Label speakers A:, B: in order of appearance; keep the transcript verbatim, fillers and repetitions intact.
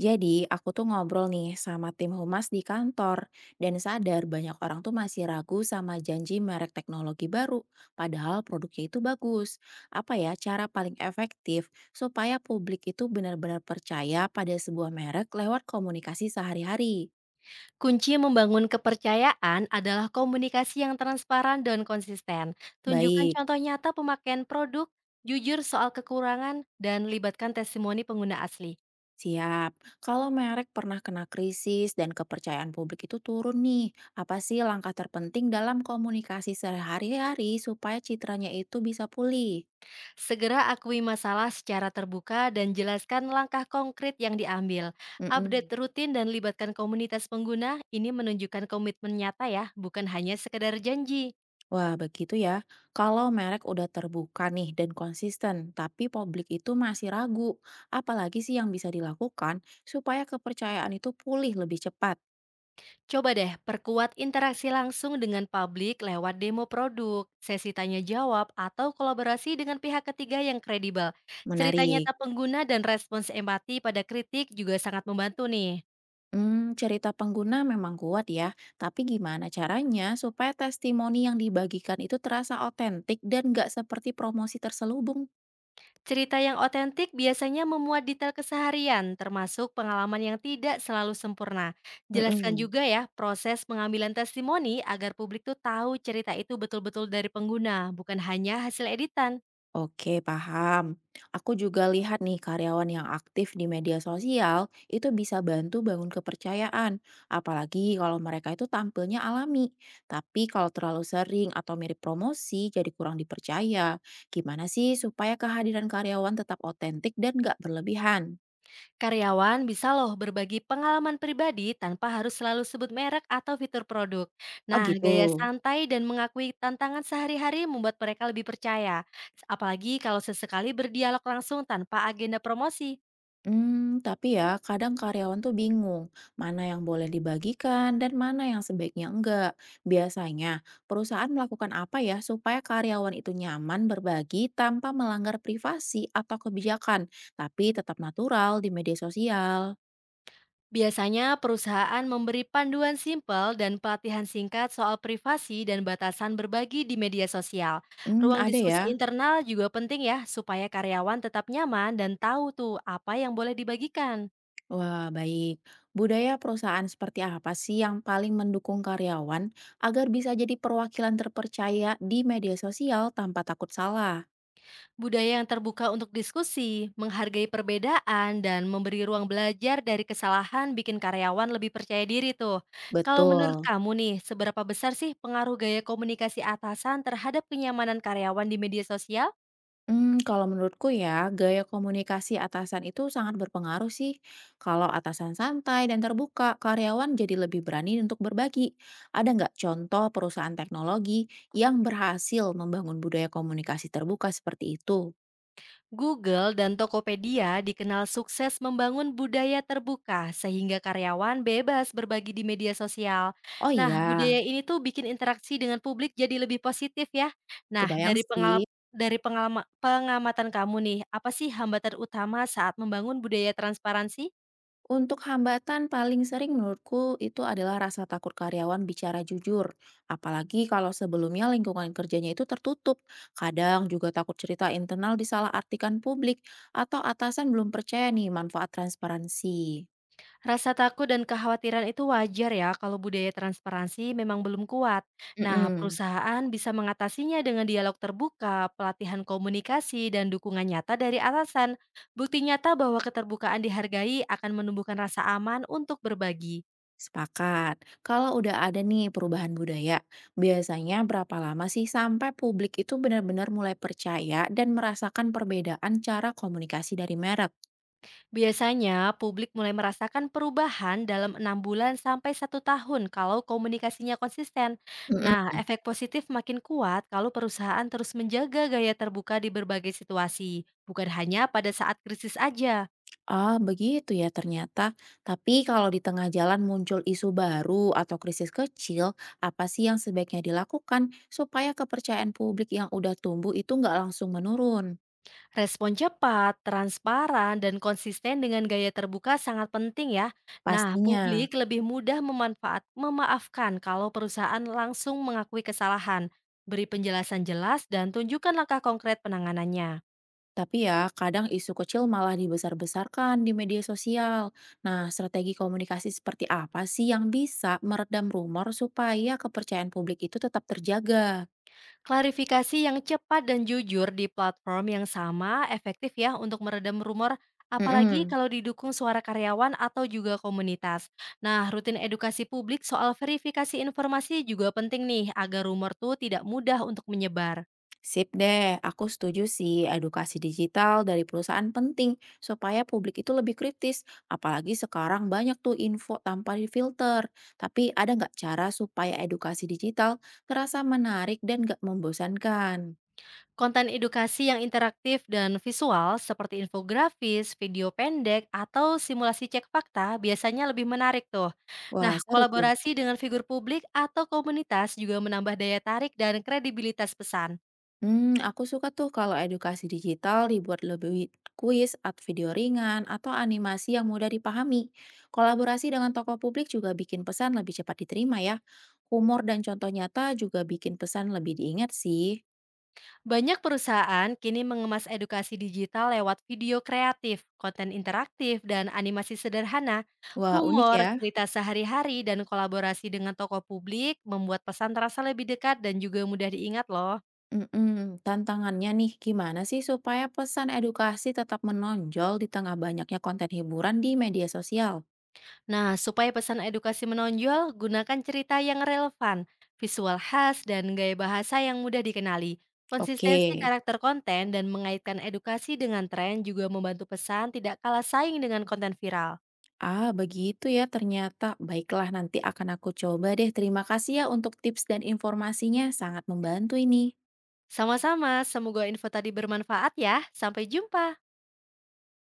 A: Jadi, aku tuh ngobrol nih sama tim humas di kantor dan sadar banyak orang tuh masih ragu sama janji merek teknologi baru, padahal produknya itu bagus. Apa ya cara paling efektif supaya publik itu benar-benar percaya pada sebuah merek lewat komunikasi sehari-hari?
B: Kunci membangun kepercayaan adalah komunikasi yang transparan dan konsisten. Tunjukkan
A: Baik,
B: contoh nyata pemakaian produk, jujur soal kekurangan, dan libatkan testimoni pengguna asli.
A: siap. Kalau merek pernah kena krisis dan kepercayaan publik itu turun nih, apa sih langkah terpenting dalam komunikasi sehari-hari supaya citranya itu bisa pulih?
B: Segera akui masalah secara terbuka dan jelaskan langkah konkret yang diambil. Update
A: Mm.
B: rutin dan libatkan komunitas pengguna, ini menunjukkan komitmen nyata ya, bukan hanya sekedar janji.
A: Wah, begitu ya. Kalau merek udah terbuka nih dan konsisten, tapi publik itu masih ragu. Apalagi sih yang bisa dilakukan supaya kepercayaan itu pulih lebih cepat.
B: Coba deh perkuat interaksi langsung dengan publik lewat demo produk, sesi tanya jawab, atau kolaborasi dengan pihak ketiga yang kredibel. Cerita
A: Menarik.
B: nyata pengguna dan respons empati pada kritik juga sangat membantu nih.
A: Hmm, cerita pengguna memang kuat ya, tapi gimana caranya supaya testimoni yang dibagikan itu terasa otentik dan nggak seperti promosi terselubung?
B: Cerita yang otentik biasanya memuat detail keseharian, termasuk pengalaman yang tidak selalu sempurna. Jelaskan
A: Mm-mm.
B: juga ya proses pengambilan testimoni agar publik tuh tahu cerita itu betul-betul dari pengguna, bukan hanya hasil editan.
A: Oke, paham. Aku juga lihat nih karyawan yang aktif di media sosial itu bisa bantu bangun kepercayaan, apalagi kalau mereka itu tampilnya alami. Tapi kalau terlalu sering atau mirip promosi jadi kurang dipercaya. Gimana sih supaya kehadiran karyawan tetap otentik dan nggak berlebihan?
B: Karyawan bisa loh berbagi pengalaman pribadi tanpa harus selalu sebut merek atau fitur produk.
A: Oh
B: Nah,
A: gitu.
B: gaya santai dan mengakui tantangan sehari-hari membuat mereka lebih percaya. Apalagi kalau sesekali berdialog langsung tanpa agenda promosi.
A: Hmm, tapi ya kadang karyawan tuh bingung mana yang boleh dibagikan dan mana yang sebaiknya enggak. Biasanya perusahaan melakukan apa ya supaya karyawan itu nyaman berbagi tanpa melanggar privasi atau kebijakan, tapi tetap natural di media sosial.
B: Biasanya perusahaan memberi panduan simpel dan pelatihan singkat soal privasi dan batasan berbagi di media sosial.
A: Hmm,
B: Ruang
A: ada ya.
B: diskusi internal juga penting ya, supaya karyawan tetap nyaman dan tahu tuh apa yang boleh dibagikan.
A: Wah, baik. Budaya perusahaan seperti apa sih yang paling mendukung karyawan agar bisa jadi perwakilan terpercaya di media sosial tanpa takut salah?
B: Budaya yang terbuka untuk diskusi, menghargai perbedaan, dan memberi ruang belajar dari kesalahan bikin karyawan lebih percaya diri tuh. Kalau menurut
A: Betul.
B: kamu nih, seberapa besar sih pengaruh gaya komunikasi atasan terhadap kenyamanan karyawan di media sosial?
A: Hmm, kalau menurutku ya, gaya komunikasi atasan itu sangat berpengaruh sih. Kalau atasan santai dan terbuka, karyawan jadi lebih berani untuk berbagi. Ada nggak contoh perusahaan teknologi yang berhasil membangun budaya komunikasi terbuka seperti itu?
B: Google dan Tokopedia dikenal sukses membangun budaya terbuka sehingga karyawan bebas berbagi di media sosial.
A: Oh
B: Nah, budaya
A: iya,
B: ini tuh bikin interaksi dengan publik jadi lebih positif ya. Nah,
A: kebayang
B: dari pengal
A: sih.
B: dari pengalama- pengamatan kamu nih, apa sih hambatan utama saat membangun budaya transparansi?
A: Untuk hambatan paling sering menurutku itu adalah rasa takut karyawan bicara jujur. Apalagi kalau sebelumnya lingkungan kerjanya itu tertutup. Kadang juga takut cerita internal disalahartikan publik atau atasan belum percaya nih manfaat transparansi.
B: Rasa takut dan kekhawatiran itu wajar ya kalau budaya transparansi memang belum kuat. Nah,
A: Mm-mm.
B: perusahaan bisa mengatasinya dengan dialog terbuka, pelatihan komunikasi, dan dukungan nyata dari atasan. Bukti nyata bahwa keterbukaan dihargai akan menumbuhkan rasa aman untuk berbagi.
A: Sepakat. Kalau udah ada nih perubahan budaya, biasanya berapa lama sih sampai publik itu benar-benar mulai percaya dan merasakan perbedaan cara komunikasi dari merek?
B: Biasanya, publik mulai merasakan perubahan dalam enam bulan sampai satu tahun kalau komunikasinya konsisten. Nah, efek positif makin kuat kalau perusahaan terus menjaga gaya terbuka di berbagai situasi, bukan hanya pada saat krisis aja.
A: Ah, begitu ya ternyata. Tapi kalau di tengah jalan muncul isu baru atau krisis kecil, apa sih yang sebaiknya dilakukan supaya kepercayaan publik yang udah tumbuh itu nggak langsung menurun?
B: Respon cepat, transparan, dan konsisten dengan gaya terbuka sangat penting ya. Nah,
A: Pastinya.
B: publik lebih mudah memanfaat memaafkan kalau perusahaan langsung mengakui kesalahan, beri penjelasan jelas, dan tunjukkan langkah konkret penanganannya.
A: Tapi ya, kadang isu kecil malah dibesar-besarkan di media sosial. Nah, strategi komunikasi seperti apa sih yang bisa meredam rumor supaya kepercayaan publik itu tetap terjaga?
B: Klarifikasi yang cepat dan jujur di platform yang sama efektif ya untuk meredam rumor, apalagi
A: Mm-mm.
B: kalau didukung suara karyawan atau juga komunitas. Nah, rutin edukasi publik soal verifikasi informasi juga penting nih agar rumor tuh tidak mudah untuk menyebar.
A: Sip deh, aku setuju sih edukasi digital dari perusahaan penting supaya publik itu lebih kritis. Apalagi sekarang banyak tuh info tanpa filter. Tapi ada nggak cara supaya edukasi digital terasa menarik dan nggak membosankan?
B: Konten edukasi yang interaktif dan visual seperti infografis, video pendek, atau simulasi cek fakta biasanya lebih menarik tuh. Nah,
A: Wah, seru tuh.
B: kolaborasi dengan figur publik atau komunitas juga menambah daya tarik dan kredibilitas pesan.
A: Hmm, aku suka tuh kalau edukasi digital dibuat lebih kuis, at video ringan, atau animasi yang mudah dipahami. Kolaborasi dengan tokoh publik juga bikin pesan lebih cepat diterima ya. Humor dan contoh nyata juga bikin pesan lebih diingat sih.
B: Banyak perusahaan kini mengemas edukasi digital lewat video kreatif, konten interaktif, dan animasi sederhana.
A: Wah, unik
B: Humor,
A: ya.
B: cerita sehari-hari, dan kolaborasi dengan tokoh publik membuat pesan terasa lebih dekat dan juga mudah diingat loh.
A: Mhm, tantangannya nih, gimana sih supaya pesan edukasi tetap menonjol di tengah banyaknya konten hiburan di media sosial?
B: Nah, supaya pesan edukasi menonjol, gunakan cerita yang relevan, visual khas, dan gaya bahasa yang mudah dikenali.
A: Oke.
B: Konsistensi karakter konten dan mengaitkan edukasi dengan tren juga membantu pesan tidak kalah saing dengan konten viral.
A: Ah, begitu ya ternyata. Baiklah, nanti akan aku coba deh. Terima kasih ya untuk tips dan informasinya, sangat membantu ini.
B: Sama-sama, semoga info tadi bermanfaat ya. Sampai jumpa.